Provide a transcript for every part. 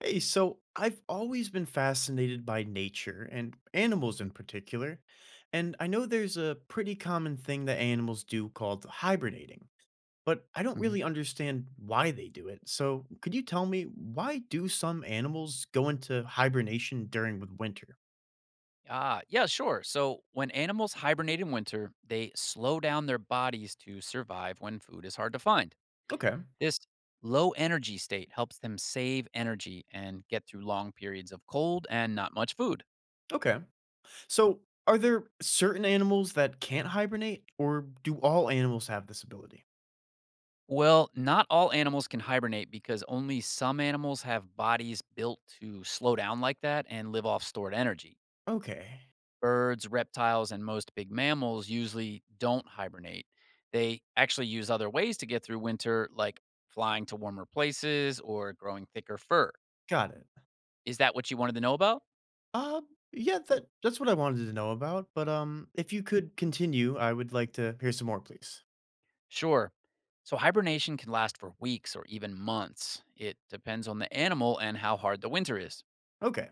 Hey, so I've always been fascinated by nature and animals in Mm, particular. And I know there's a pretty common thing that animals do called hibernating, but I don't mhm. really understand why they do it. So could you tell me, why do some animals go into hibernation during the winter? Yeah, sure. So when animals hibernate in winter, they slow down their bodies to survive when food is hard to find. Okay. This low energy state helps them save energy and get through long periods of cold and not much food. Okay. So are there certain animals that can't hibernate or do all animals have this ability? Well, not all animals can hibernate because only some animals have bodies built to slow down like that and live off stored energy. Okay. Birds, reptiles, and most big mammals usually don't hibernate. They actually use other ways to get through winter, like flying to warmer places or growing thicker fur. Got it. Is that what you wanted to know about? Yeah, that's what I wanted to know about, but if you could continue, I would like to hear some more, please. Sure. So, hibernation can last for weeks or even months. It depends on the animal and how hard the winter is. Okay.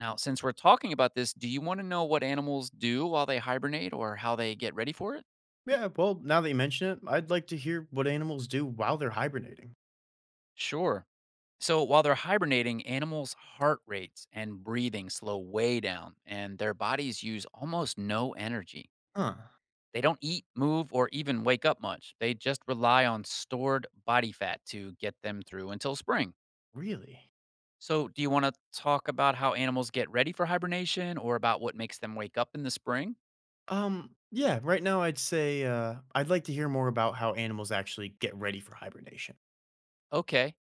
Now, since we're talking about this, do you want to know what animals do while they hibernate or how they get ready for it? Yeah, well, now that you mention it, I'd like to hear what animals do while they're hibernating. Sure. So while they're hibernating, animals' heart rates and breathing slow way down, and their bodies use almost no energy. Huh. They don't eat, move, or even wake up much. They just rely on stored body fat to get them through until spring. Really? So, do you want to talk about how animals get ready for hibernation or about what makes them wake up in the spring? Yeah, right now I'd say I'd like to hear more about how animals actually get ready for hibernation. Okay.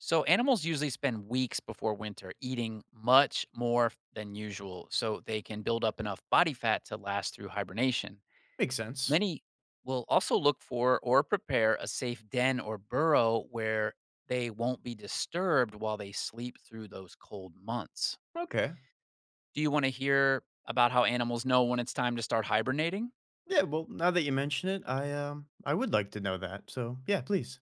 So, animals usually spend weeks before winter eating much more than usual so they can build up enough body fat to last through hibernation. Makes sense. Many will also look for or prepare a safe den or burrow where they won't be disturbed while they sleep through those cold months. Okay. Do you want to hear about how animals know when it's time to start hibernating? Yeah, well, now that you mention it, I would like to know that. So, yeah, please.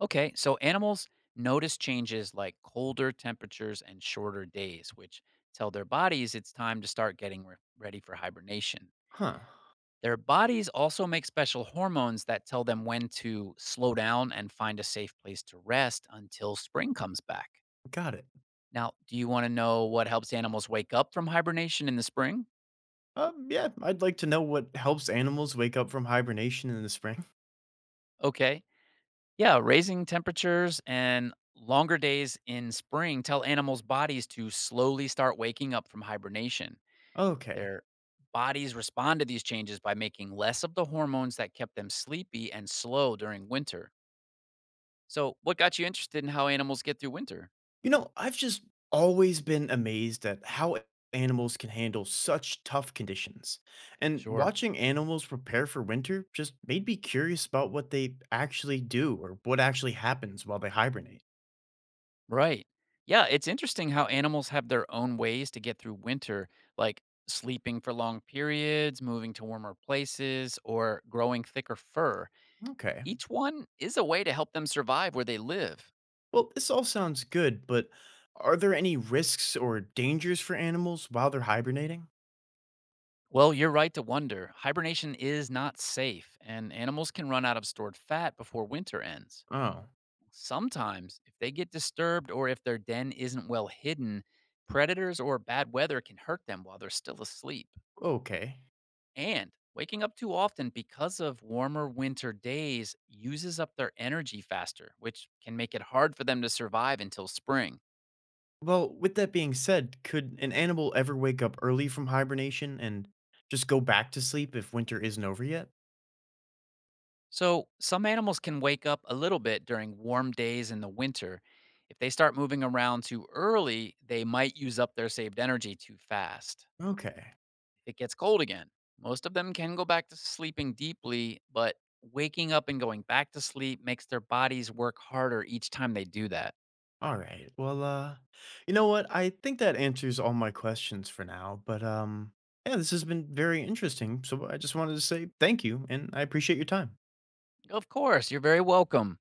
Okay, so animals notice changes like colder temperatures and shorter days, which tell their bodies it's time to start getting ready for hibernation. Huh. Their bodies also make special hormones that tell them when to slow down and find a safe place to rest until spring comes back. Got it. Now, do you want to know what helps animals wake up from hibernation in the spring? Yeah, I'd like to know what helps animals wake up from hibernation in the spring. Okay. Yeah, raising temperatures and longer days in spring tell animals' bodies to slowly start waking up from hibernation. Okay. Their bodies respond to these changes by making less of the hormones that kept them sleepy and slow during winter. So, what got you interested in how animals get through winter? You know, I've just always been amazed at how animals can handle such tough conditions. And Sure. watching animals prepare for winter just made me curious about what they actually do or what actually happens while they hibernate. Right. Yeah, it's interesting how animals have their own ways to get through winter, like sleeping for long periods, moving to warmer places, or growing thicker fur. Okay. Each one is a way to help them survive where they live. Well, this all sounds good, but are there any risks or dangers for animals while they're hibernating? Well, you're right to wonder. Hibernation is not safe, and animals can run out of stored fat before winter ends. Oh, Sometimes, if they get disturbed or if their den isn't well hidden, predators or bad weather can hurt them while they're still asleep. okay. And waking up too often because of warmer winter days uses up their energy faster, which can make it hard for them to survive until spring. Well, with that being said, could an animal ever wake up early from hibernation and just go back to sleep if winter isn't over yet? So, some animals can wake up a little bit during warm days in the winter. If they start moving around too early, they might use up their saved energy too fast. Okay. If it gets cold again, most of them can go back to sleeping deeply, but waking up and going back to sleep makes their bodies work harder each time they do that. All right. Well, you know what? I think that answers all my questions for now, but yeah, this has been very interesting. So I just wanted to say thank you and I appreciate your time. Of course, you're very welcome.